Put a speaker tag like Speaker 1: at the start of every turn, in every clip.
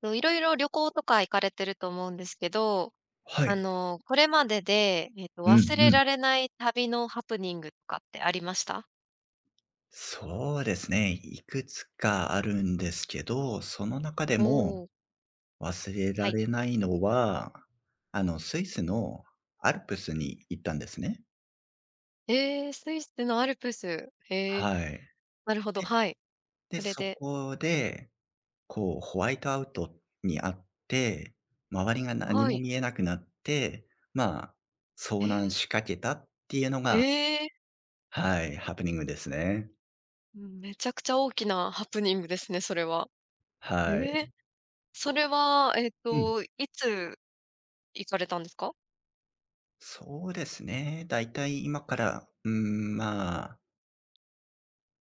Speaker 1: と、いろいろ旅行とか行かれてると思うんですけど、
Speaker 2: はい。
Speaker 1: これまでで、
Speaker 2: うん
Speaker 1: 忘れ
Speaker 2: うん。
Speaker 1: られない旅のハプニングとかってありました？
Speaker 2: そうですね。いくつかあるんですけど、その中で
Speaker 1: おお
Speaker 2: も
Speaker 1: ー、
Speaker 2: 忘れ
Speaker 1: は
Speaker 2: ら
Speaker 1: い。
Speaker 2: れないのは、スイスのアルプスに行ったんですね。
Speaker 1: えー、スイスのアルプス。えー、
Speaker 2: はい。
Speaker 1: なるほど、
Speaker 2: で、
Speaker 1: はい。そ
Speaker 2: で、
Speaker 1: れ
Speaker 2: そ
Speaker 1: で。
Speaker 2: こで、こう、ホワイトアウトにあって、周りが何
Speaker 1: は
Speaker 2: も
Speaker 1: い。
Speaker 2: 見えなくなって、まあ、
Speaker 1: え
Speaker 2: 遭難
Speaker 1: え、
Speaker 2: しかけたっていうのが、
Speaker 1: えー
Speaker 2: はい、ハプニングですね。
Speaker 1: めちゃくちゃ大きなハプニングですね、それは。え
Speaker 2: は
Speaker 1: ー
Speaker 2: い。
Speaker 1: それは、
Speaker 2: うん。
Speaker 1: いつ行かれたんですか？
Speaker 2: そうですね。だいたい今から、まあ、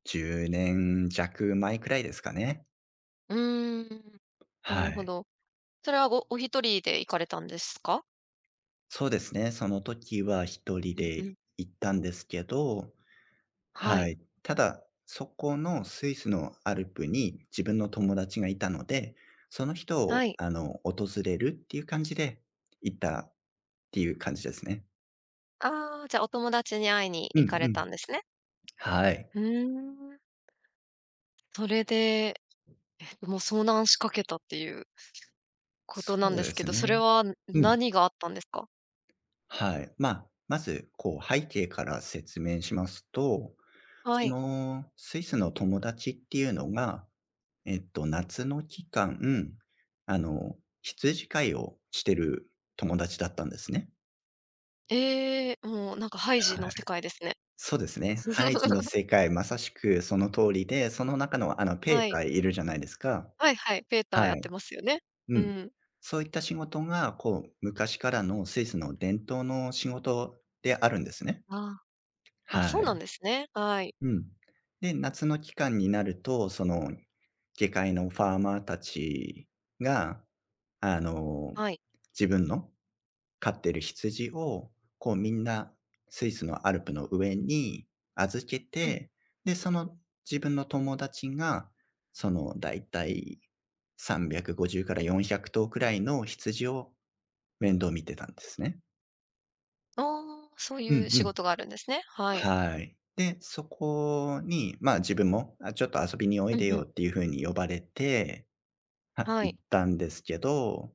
Speaker 2: 10年弱前くらいですかね。
Speaker 1: うーん、な
Speaker 2: は
Speaker 1: るほ
Speaker 2: い。
Speaker 1: ど。それはお一人で行かれたんですか？
Speaker 2: そうですね。その時は一人
Speaker 1: うんう
Speaker 2: で
Speaker 1: ん、
Speaker 2: 行ったんですけど、
Speaker 1: は
Speaker 2: は
Speaker 1: い。
Speaker 2: い。ただ、そこのスイスのアルプに自分の友達がいたので、その人
Speaker 1: は
Speaker 2: を、
Speaker 1: い。
Speaker 2: 訪れるっていう感じで行ったっていう感じですね。
Speaker 1: ああ、じゃあお友達に会いに
Speaker 2: う
Speaker 1: 行か
Speaker 2: ん
Speaker 1: れ
Speaker 2: うん。
Speaker 1: たんですね。
Speaker 2: はい。
Speaker 1: うーん。それで、もう遭難しかけたっていうこと
Speaker 2: そ
Speaker 1: なん
Speaker 2: う
Speaker 1: で
Speaker 2: で
Speaker 1: すけ
Speaker 2: す
Speaker 1: ど、それ
Speaker 2: ね。
Speaker 1: は
Speaker 2: うん。
Speaker 1: 何があったんですか？
Speaker 2: はい。まあ、まず、こう、背景から説明しますと、
Speaker 1: は
Speaker 2: そ
Speaker 1: い。
Speaker 2: の、スイスの友達っていうのが、夏の期間、羊飼いをしてる友達だったんですね。
Speaker 1: ええ、もうなんかハイジの
Speaker 2: はい。
Speaker 1: 世界ですね。
Speaker 2: そうですね。ハイジの 世界、まさしくその通りで、その中の、ペー
Speaker 1: は
Speaker 2: タ
Speaker 1: い。
Speaker 2: ーいるじゃないですか。
Speaker 1: はいはい、ペーターや
Speaker 2: は
Speaker 1: っ
Speaker 2: い。
Speaker 1: てますよね。
Speaker 2: う
Speaker 1: う
Speaker 2: ん。
Speaker 1: ん。
Speaker 2: そういった仕事が、こう、昔からのスイスの伝統の仕事であるんですね。
Speaker 1: ああ、あ、
Speaker 2: は
Speaker 1: そうなん
Speaker 2: い。
Speaker 1: ですね。はい。
Speaker 2: うん。で、夏の期間になると、その、下界のファーマーたちが、あの、
Speaker 1: はい。
Speaker 2: 自分の飼ってる羊を、こう、みんなスイスのアルプの上に預け
Speaker 1: うん。
Speaker 2: て、で、その自分の友達が、その、だいたい350から400頭くらいの羊を面倒見てたんですね。
Speaker 1: ああ、そう
Speaker 2: う
Speaker 1: いう
Speaker 2: んう
Speaker 1: 仕
Speaker 2: ん。
Speaker 1: 事があるんですね。はい。
Speaker 2: はい。で、そこに、まあ、自分も、あ、ちょっと遊びにお
Speaker 1: う
Speaker 2: いで
Speaker 1: んうん。
Speaker 2: よっていう風に呼ばれて、は
Speaker 1: は
Speaker 2: 行っ
Speaker 1: い。
Speaker 2: たんですけど、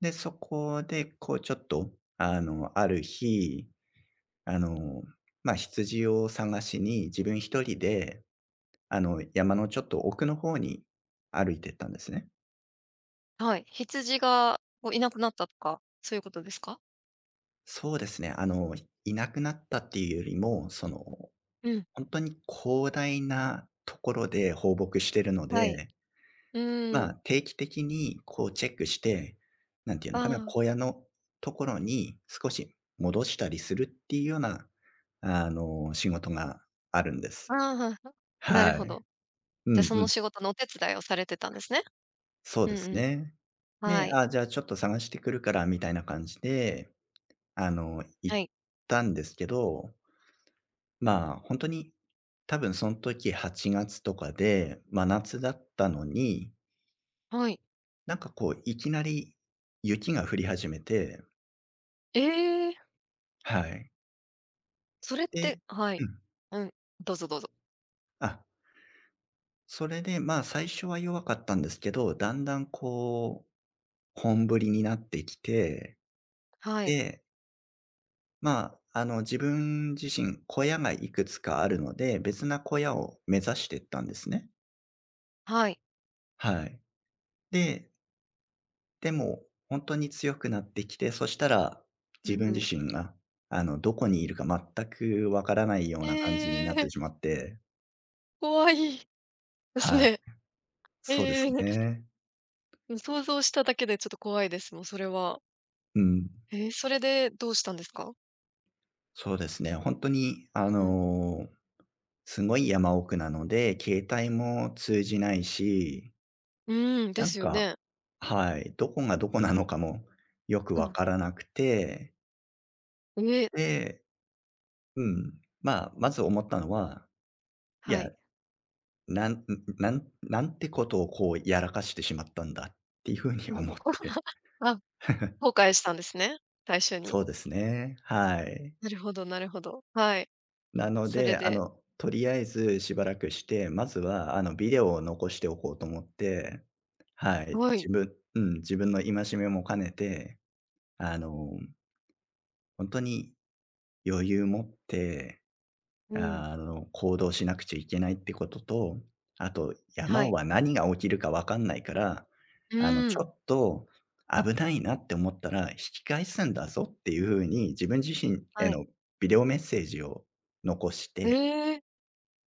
Speaker 2: で、そこでこうちょっと、ある日、あの、ま、羊を探しに自分一人で、山のちょっと奥の方に歩いてったんですね。
Speaker 1: はい。羊がこういなくなったとか、そういうことですか？
Speaker 2: そうですね、いなくなったっていうよりも、その、
Speaker 1: うん、
Speaker 2: 本当に広大なところで放牧してるの
Speaker 1: はい。
Speaker 2: で、
Speaker 1: うー
Speaker 2: まあ、
Speaker 1: ん。
Speaker 2: 定期的にこうチェックして、なんていうのかな、
Speaker 1: ああ、
Speaker 2: 小屋のところに少し戻したりするっていうような、仕事があるんで
Speaker 1: あ
Speaker 2: す。
Speaker 1: あ、な
Speaker 2: は
Speaker 1: るほ
Speaker 2: い。
Speaker 1: ど。
Speaker 2: う
Speaker 1: じゃ、
Speaker 2: ん
Speaker 1: そ
Speaker 2: う
Speaker 1: の
Speaker 2: ん。
Speaker 1: 仕事のお手伝いをされてたんですね。
Speaker 2: そう
Speaker 1: う
Speaker 2: で
Speaker 1: ん
Speaker 2: す
Speaker 1: うん。
Speaker 2: ね。
Speaker 1: は
Speaker 2: で、
Speaker 1: い。
Speaker 2: あ、じゃあちょっと探してくるからみたいな感じで、行
Speaker 1: は
Speaker 2: っ
Speaker 1: い。
Speaker 2: たんですけど、まあ、本当に多分その時8月とかで、真夏だったのに、
Speaker 1: はい。
Speaker 2: なんかこういきなり雪が降り始めて。
Speaker 1: ええ、
Speaker 2: はい。
Speaker 1: それって。
Speaker 2: で、
Speaker 1: はい。
Speaker 2: うん。
Speaker 1: うん。どうぞどうぞ。
Speaker 2: あ、それで、まあ、最初は弱かったんですけど、だんだんこう、本振りになってきて、
Speaker 1: はい。
Speaker 2: で、まあ、自分自身、小屋がいくつかあるので、別な小屋を目指してったんですね。
Speaker 1: はい。
Speaker 2: はい。で、でも、本当に強くなってきて、そしたら、
Speaker 1: う
Speaker 2: 自
Speaker 1: ん
Speaker 2: 分
Speaker 1: うん。
Speaker 2: 自身が、どこにいるか全くわからないよう
Speaker 1: え
Speaker 2: な感じになって
Speaker 1: え、
Speaker 2: しまって。
Speaker 1: 怖いです
Speaker 2: はい、
Speaker 1: ね。
Speaker 2: そうで
Speaker 1: え
Speaker 2: す
Speaker 1: え。
Speaker 2: ね。
Speaker 1: うん、想像しただけでちょっと怖いです、もうそれは。
Speaker 2: うん。
Speaker 1: ええ、それでどうしたんですか？
Speaker 2: そうですね、本当に、
Speaker 1: うん。
Speaker 2: すごい山奥なので、携帯も通じないし、
Speaker 1: うーん、で
Speaker 2: なん
Speaker 1: すよ
Speaker 2: か、
Speaker 1: ね。
Speaker 2: はい、どこがどこなのかもよく
Speaker 1: う
Speaker 2: わ
Speaker 1: ん。
Speaker 2: からなくて、
Speaker 1: ええ、
Speaker 2: で、うん、まあ、まず思ったのは、い
Speaker 1: は
Speaker 2: や、
Speaker 1: い。
Speaker 2: なんなんてことをこうやらかしてしまったんだっていうふうに思って。
Speaker 1: あ、後悔したんですね、最初に。
Speaker 2: そうですね、はい。
Speaker 1: なるほどなるほど。はい。
Speaker 2: なの
Speaker 1: それ
Speaker 2: で、
Speaker 1: で。
Speaker 2: とりあえずしばらくして、まずはビデオを残しておこうと思って、はい、
Speaker 1: はい。
Speaker 2: 自分の戒めも兼ねて、あの、本当に余裕持って、
Speaker 1: うん。
Speaker 2: 行動しなくちゃいけないってことと、あと、
Speaker 1: は
Speaker 2: 山
Speaker 1: い。
Speaker 2: は何が起きるか分かんないから、
Speaker 1: うー
Speaker 2: ちょ
Speaker 1: ん。
Speaker 2: っと危ないなって思ったら引き返すんだぞっていうふうに自分自身へ
Speaker 1: はい。
Speaker 2: のビデオメッセージを残して。
Speaker 1: ええ。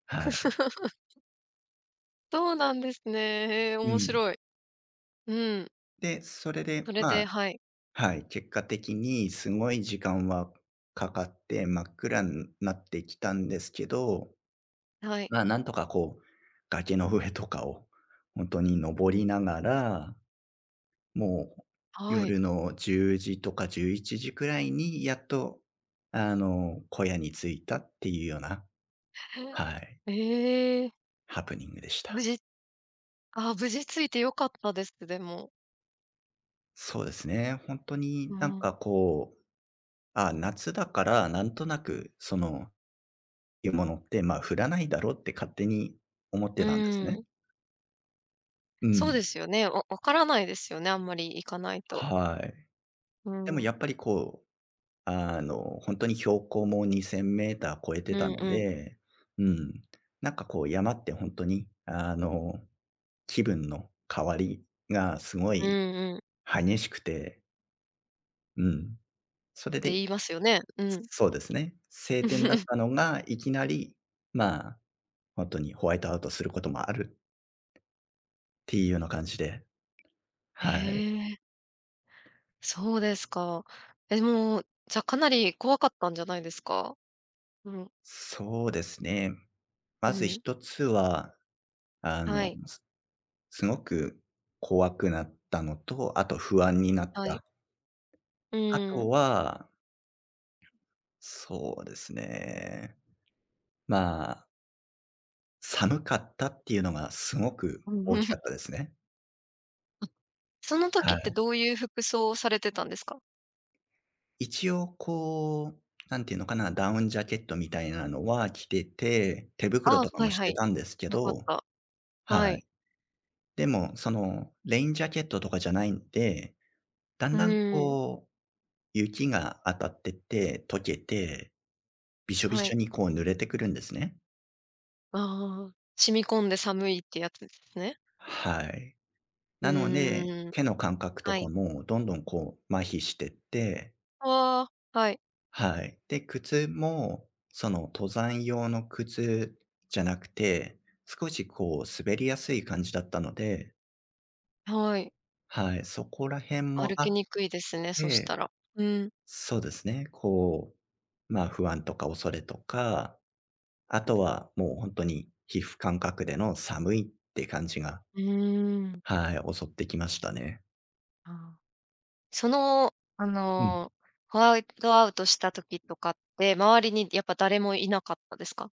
Speaker 2: はい、
Speaker 1: そうなんですね。へえ、
Speaker 2: う
Speaker 1: 面
Speaker 2: ん。
Speaker 1: 白い。うん。
Speaker 2: で、それ
Speaker 1: そ
Speaker 2: で、
Speaker 1: れ
Speaker 2: ま
Speaker 1: で。
Speaker 2: あ、
Speaker 1: はい。
Speaker 2: はい、結果的にすごい時間はかかって真っ暗になってきたんですけど、
Speaker 1: はい。
Speaker 2: まあ、なんとかこう、崖の上とかを本当に
Speaker 1: う
Speaker 2: 登
Speaker 1: ん。
Speaker 2: りながら、もう
Speaker 1: はい。
Speaker 2: 夜の10時とか11時くらいにやっと、小屋に着いたっていうような、はい、
Speaker 1: ええ、
Speaker 2: ハプニングでし
Speaker 1: 無
Speaker 2: た。
Speaker 1: 事無事ついて良かったです、でも。
Speaker 2: そうですね、本当
Speaker 1: う
Speaker 2: になん
Speaker 1: ん。
Speaker 2: かこう、あ、夏だからなんとなくそのいうものって、まあ、降らないだろうって勝手に思っ
Speaker 1: う
Speaker 2: てたんですね。
Speaker 1: ん。
Speaker 2: う
Speaker 1: そう
Speaker 2: ん。
Speaker 1: ですよね。分からないですよね、あんまり行かないと。
Speaker 2: はい。
Speaker 1: う
Speaker 2: でも
Speaker 1: ん。
Speaker 2: やっぱりこう、ほんとに標高も 2000m 超え
Speaker 1: う
Speaker 2: てた
Speaker 1: ん
Speaker 2: の
Speaker 1: うん。
Speaker 2: で、うん、なんかこう山ってほんとに、気分の変わりがすご
Speaker 1: うん
Speaker 2: い
Speaker 1: うん。っ
Speaker 2: 激しくて、うん。それ
Speaker 1: て言
Speaker 2: で、
Speaker 1: いますよね。うん。
Speaker 2: そうですね、晴天だった のが、いきなり、まあ、ほんとにホワイトアウトすることもあるっていうような感じで、
Speaker 1: え
Speaker 2: はい。
Speaker 1: え。そうですか。え、もう、じゃ、かなり怖かったんじゃないですか？うん、
Speaker 2: そうですね。
Speaker 1: う
Speaker 2: まず
Speaker 1: ん。
Speaker 2: 一つは、あ
Speaker 1: は
Speaker 2: の、
Speaker 1: い、
Speaker 2: すすごく怖くなったのと、あと不安になっ
Speaker 1: はい。
Speaker 2: た。
Speaker 1: う
Speaker 2: あ
Speaker 1: ー
Speaker 2: と
Speaker 1: ん。
Speaker 2: は、そうですね、まあ、寒かったっていうのがすごく
Speaker 1: う
Speaker 2: 大
Speaker 1: ん
Speaker 2: きかったですね。
Speaker 1: その時
Speaker 2: は
Speaker 1: って
Speaker 2: い。
Speaker 1: どういう服装をされてたんですか？
Speaker 2: 一応こう、なんていうのかな、ダウンジャケットみたいなのは着てて、手袋
Speaker 1: ああ、
Speaker 2: とか
Speaker 1: はい
Speaker 2: もし
Speaker 1: は
Speaker 2: て
Speaker 1: い。
Speaker 2: たんですけ
Speaker 1: よかっ
Speaker 2: ど、
Speaker 1: た。は
Speaker 2: はい。
Speaker 1: い。
Speaker 2: でも、そのレインジャケットとかじゃないんで、だ
Speaker 1: う
Speaker 2: んだん
Speaker 1: ーん、
Speaker 2: こう雪が当たってて、溶けて、びしょび
Speaker 1: は
Speaker 2: しょ
Speaker 1: い。
Speaker 2: にこう濡れてくるんですね。
Speaker 1: ああ、染み込んで寒いってやつですね。
Speaker 2: はい。
Speaker 1: う
Speaker 2: なので、
Speaker 1: ーん、
Speaker 2: 手の感覚と
Speaker 1: は
Speaker 2: か
Speaker 1: い。
Speaker 2: もどんどんこう麻痺してって、
Speaker 1: ああ、はい、
Speaker 2: はい。で、靴も、その登山用の靴じゃなくて、少しこう滑りやすい感じだったので、
Speaker 1: はい。
Speaker 2: はい、そこら辺も
Speaker 1: 歩
Speaker 2: あ
Speaker 1: き
Speaker 2: っ
Speaker 1: にくいですね、そした
Speaker 2: て、
Speaker 1: ら。うん、
Speaker 2: そうですね、こう、まあ不安とか恐れとかあとは、もう本当に皮膚感覚での寒いって感じが、
Speaker 1: うーん、
Speaker 2: はい、襲ってきましたね。
Speaker 1: ああ。その、あ
Speaker 2: うん。
Speaker 1: の、ホワイトアウトした時とかって、周りにやっぱ誰もいなかったですか？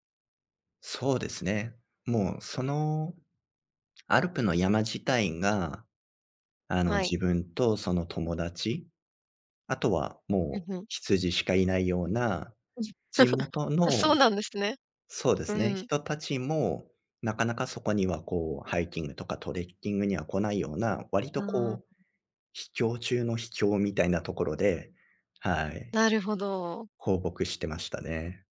Speaker 2: そうですね。もうそのアルプの山自体が、
Speaker 1: はい。
Speaker 2: 自分とその友達、あとはもう
Speaker 1: うんうん。
Speaker 2: 羊しかいないような地 元
Speaker 1: あ、そう
Speaker 2: の、
Speaker 1: なんですね。
Speaker 2: そうで
Speaker 1: う
Speaker 2: すね、
Speaker 1: ん。
Speaker 2: 人たちも、なかなかそこにはこうハイキングとかトレッキングには来ないような、割と
Speaker 1: あ
Speaker 2: こう、
Speaker 1: あ、
Speaker 2: 秘境中の秘境みたいなところで、はい、
Speaker 1: なるほど。
Speaker 2: 放牧してましたね。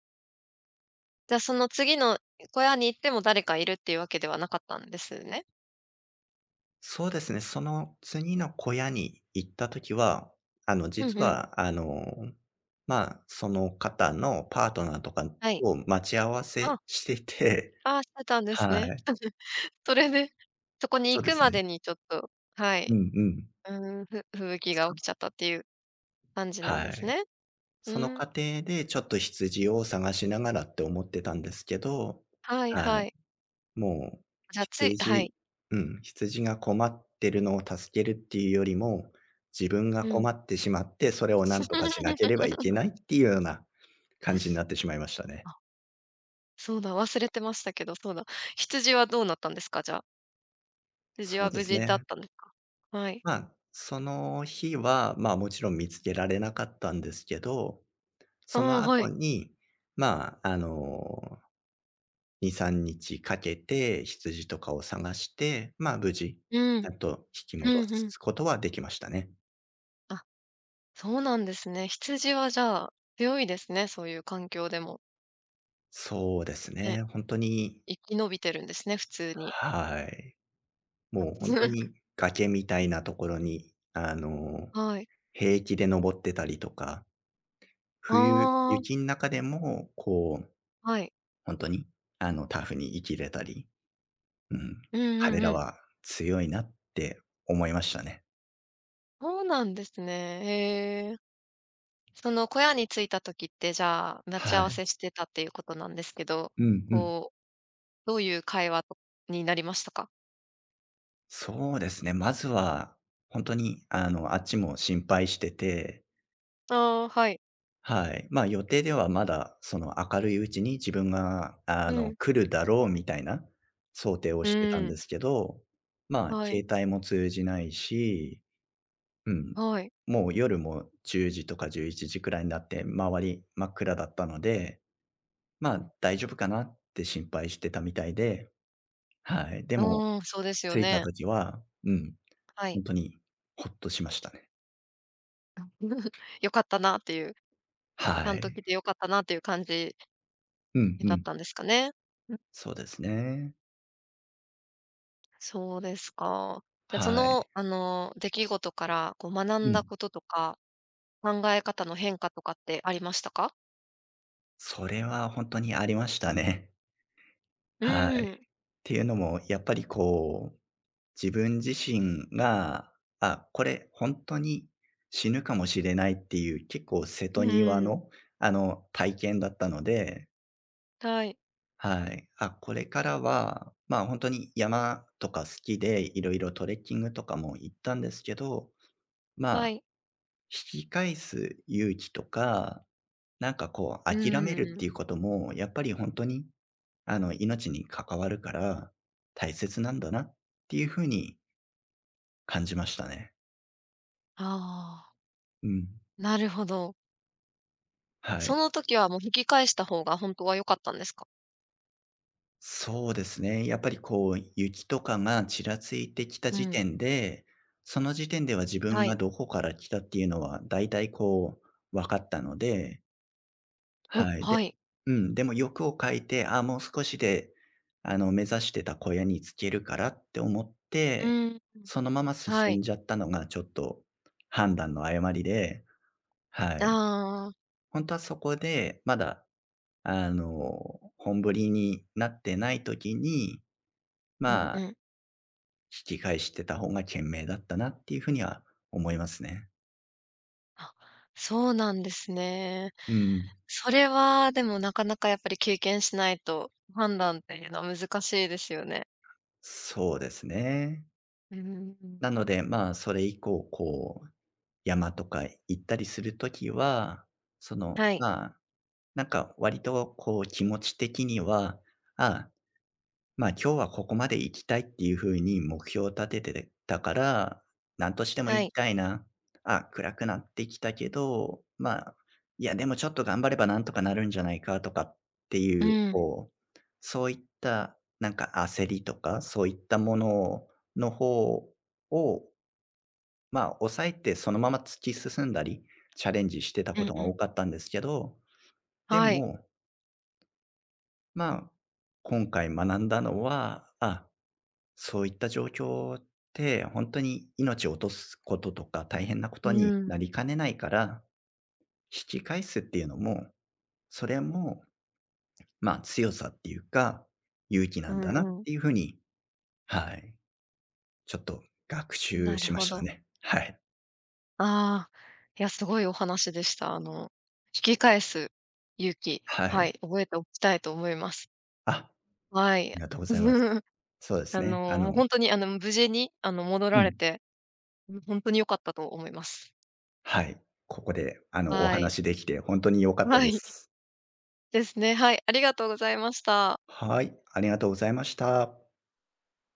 Speaker 1: じゃ、その次の小屋に行っても誰かいるっていうわけではなかったんですね。
Speaker 2: そうですね、その次の小屋に行った時は、
Speaker 1: う
Speaker 2: 実
Speaker 1: んうん。
Speaker 2: は、ま、あその方のパートナーとか
Speaker 1: はい。
Speaker 2: を待ち合わ
Speaker 1: あ、
Speaker 2: せしてて、
Speaker 1: ああ、してたんです
Speaker 2: は
Speaker 1: ね。
Speaker 2: い、
Speaker 1: それで、そこに
Speaker 2: そう
Speaker 1: 行
Speaker 2: で
Speaker 1: く
Speaker 2: す
Speaker 1: ま
Speaker 2: ね。
Speaker 1: でにちょっと、は
Speaker 2: う
Speaker 1: い、
Speaker 2: んうん。
Speaker 1: うん、吹雪が起きちゃっ
Speaker 2: そ
Speaker 1: たっていう感じなん
Speaker 2: は
Speaker 1: です
Speaker 2: い。
Speaker 1: ね。
Speaker 2: そ
Speaker 1: う
Speaker 2: の
Speaker 1: ん、
Speaker 2: 過程でちょっと羊を探しながらって思ってたんですけど、
Speaker 1: はい
Speaker 2: はい。
Speaker 1: はい。
Speaker 2: もう、
Speaker 1: じゃあ、つい。は
Speaker 2: 羊
Speaker 1: い。
Speaker 2: うん、羊が困ってるのを助けるっていうよりも、自分が
Speaker 1: う
Speaker 2: 困
Speaker 1: ん。
Speaker 2: ってしまって、それを何とかしなければいけ ないっていうような感じになってしまいましたね。
Speaker 1: あ、そうだ、忘れてましたけど、そうだ。羊はどうなったんですか？じゃあ。羊
Speaker 2: そ
Speaker 1: は
Speaker 2: うで
Speaker 1: 無
Speaker 2: す
Speaker 1: 事だっ
Speaker 2: ね。
Speaker 1: たんですか？はい。
Speaker 2: まあ、その日は、まあ、もちろん見つけられなかったんですけど、そ
Speaker 1: ああ、
Speaker 2: の
Speaker 1: は
Speaker 2: 後
Speaker 1: い。
Speaker 2: に、まあ、2、3日かけて羊とかを探して、まあ、無事、
Speaker 1: う
Speaker 2: ち
Speaker 1: ん。
Speaker 2: ゃんと引き
Speaker 1: う
Speaker 2: 戻
Speaker 1: んうん。
Speaker 2: すことはできましたね。
Speaker 1: あ、そうなんですね。羊はじゃあ、強いですね、そういう環境でも。
Speaker 2: そうですね。
Speaker 1: ね、
Speaker 2: 本当に、
Speaker 1: 生き延びてるんですね、普通に。
Speaker 2: はい。もう本当 に崖みたいなところに、
Speaker 1: はい。
Speaker 2: 平気で登ってたりとか、冬、
Speaker 1: あ
Speaker 2: 雪
Speaker 1: あ、
Speaker 2: の中でも、こう、
Speaker 1: はい。
Speaker 2: 本当に、タフに生きれたり、うん、
Speaker 1: うんう
Speaker 2: 彼
Speaker 1: んう
Speaker 2: ら
Speaker 1: ん。
Speaker 2: は強いなって思いましたね。
Speaker 1: そうなんですね。へえ。その小屋に着いた時って、じゃあ、待ち
Speaker 2: は
Speaker 1: 合わ
Speaker 2: い。
Speaker 1: せしてたっていうことなんですけど、
Speaker 2: うんうん。
Speaker 1: こうどういう会話になりましたか？
Speaker 2: そうですね、まずは本当に、
Speaker 1: うん。
Speaker 2: あっちも心配してて。
Speaker 1: ああ、はい。
Speaker 2: はい。予定ではまだその明るいうちに自分が、
Speaker 1: うん。
Speaker 2: 来るだろうみたいな想定を
Speaker 1: う
Speaker 2: してたん
Speaker 1: ー
Speaker 2: で
Speaker 1: ん。
Speaker 2: すけど、
Speaker 1: はい。
Speaker 2: 携帯も通じないし、うん、
Speaker 1: はい。
Speaker 2: もう夜も10時とか11時くらいになって周り真っ暗だったので、
Speaker 1: うん。
Speaker 2: 大丈夫かなって心配してたみたいで、はい。でも、
Speaker 1: ああ、そうですよ
Speaker 2: 着いた
Speaker 1: ね。
Speaker 2: 時は、うん、
Speaker 1: はい。
Speaker 2: 本当にほっとしましたね。
Speaker 1: 良かったなっていう、ち
Speaker 2: は
Speaker 1: ゃんと
Speaker 2: い。
Speaker 1: 来て良かったなっていう感じ
Speaker 2: うんう
Speaker 1: だっ
Speaker 2: ん。
Speaker 1: たんですかね。うん、
Speaker 2: そうですね。
Speaker 1: そうですか。じゃあ、
Speaker 2: はい。
Speaker 1: 出来事からこう学
Speaker 2: う
Speaker 1: んだ
Speaker 2: ん。
Speaker 1: こととか、考え方の変化とかってありましたか？
Speaker 2: それは本当にありましたね。
Speaker 1: う
Speaker 2: はい。っ
Speaker 1: ーん。
Speaker 2: ていうのも、やっぱりこう、自分自身が、あ、これ本当に死ぬかもしれないっていう結構瀬
Speaker 1: う
Speaker 2: 戸際
Speaker 1: ーん。
Speaker 2: の、体験だったので、
Speaker 1: はい。
Speaker 2: はい。あ、これからは、本当に山とか好きで、いろいろトレッキングとかも行ったんですけど、ま
Speaker 1: は
Speaker 2: あ、
Speaker 1: い。
Speaker 2: 引き返す勇気とか、なんかこ
Speaker 1: う
Speaker 2: う諦めるっ
Speaker 1: ーん。
Speaker 2: ていうことも、やっぱり本当に命に関わるから、大切なんだなっていう風に感じましたね。
Speaker 1: ああ、
Speaker 2: うん。
Speaker 1: なるほど。
Speaker 2: は
Speaker 1: そ
Speaker 2: い。
Speaker 1: の時はもう引き返した方が本当は良かったんですか？
Speaker 2: そうですね。やっぱりこう、雪とかがちらついてきた
Speaker 1: う
Speaker 2: 時
Speaker 1: ん。
Speaker 2: 点で、その時点では自
Speaker 1: は
Speaker 2: 分が
Speaker 1: い。
Speaker 2: どこから来たっていうのは、だいたいこう、分かったので、
Speaker 1: うん、
Speaker 2: はい。
Speaker 1: は
Speaker 2: で、
Speaker 1: い。
Speaker 2: うん、でも欲を書いて、ああ、もう少しで、目指してた小屋に着けるからって思っ
Speaker 1: う
Speaker 2: て、
Speaker 1: ん、
Speaker 2: そのまま
Speaker 1: は
Speaker 2: 進
Speaker 1: い。
Speaker 2: んじゃったのがちょっと判断の誤りで、はい。
Speaker 1: ああ、
Speaker 2: 本当はそこで、まだ、本振りになってない時に、
Speaker 1: うん
Speaker 2: ま
Speaker 1: う
Speaker 2: あ、
Speaker 1: ん。
Speaker 2: 引き返してた方が賢明だったなっていうふうには思いますね。
Speaker 1: あ、そうなんですね。
Speaker 2: うん。
Speaker 1: それはでもなかなかやっぱり経験しないと、判断っていうのは難しいですよね。
Speaker 2: そうですね。
Speaker 1: うん。
Speaker 2: なので、それ以降、こう、山とか行ったりする時は、その、
Speaker 1: はい、
Speaker 2: なんか割とこう気持ち的には、あ、今日はここまで行きたいっていうふうに目標を立ててたから、なんとしても
Speaker 1: は
Speaker 2: 行
Speaker 1: い。
Speaker 2: きたいな。あ、暗くなってきたけど、いやでもちょっと頑張ればなんとかなるんじゃないかとかって
Speaker 1: う
Speaker 2: いう、
Speaker 1: ん、
Speaker 2: こう、そういったなんか焦りとか、そういったものの方を、抑えてそのまま突き進んだり、チャレンジしてた
Speaker 1: う
Speaker 2: こ
Speaker 1: ん
Speaker 2: と
Speaker 1: う
Speaker 2: が
Speaker 1: ん。
Speaker 2: 多かったんですけど、で
Speaker 1: はい。
Speaker 2: も、まあ、今回学んだのは、あ、そういった状況って、本当に命を落とすこととか大変なこ
Speaker 1: う
Speaker 2: とにな
Speaker 1: ん、
Speaker 2: りかねないから、引き返すっていうのも、それも、ま、強さっていうか、勇気
Speaker 1: う
Speaker 2: なんだなっ
Speaker 1: んうん。
Speaker 2: ていうふうに、はい、ちょっと学習
Speaker 1: なる
Speaker 2: しま
Speaker 1: ほ
Speaker 2: した
Speaker 1: ど。
Speaker 2: ね。はい。
Speaker 1: ああ、いや、すごいお話でした。引き返す勇気、
Speaker 2: は
Speaker 1: は
Speaker 2: い。
Speaker 1: い、覚えておきたいと思います。
Speaker 2: あ、あ
Speaker 1: はい。
Speaker 2: りがとうございます。そうですね。あ
Speaker 1: もう
Speaker 2: の、
Speaker 1: 本当に、無事に、戻
Speaker 2: う
Speaker 1: られ
Speaker 2: ん。
Speaker 1: て、本当に良かったと思います。
Speaker 2: はい。ここで、お
Speaker 1: はい。
Speaker 2: 話できて本当に良かった
Speaker 1: は
Speaker 2: で
Speaker 1: い、
Speaker 2: す。
Speaker 1: ですね。はい、ありがとうございました。
Speaker 2: はい、ありがとうございました。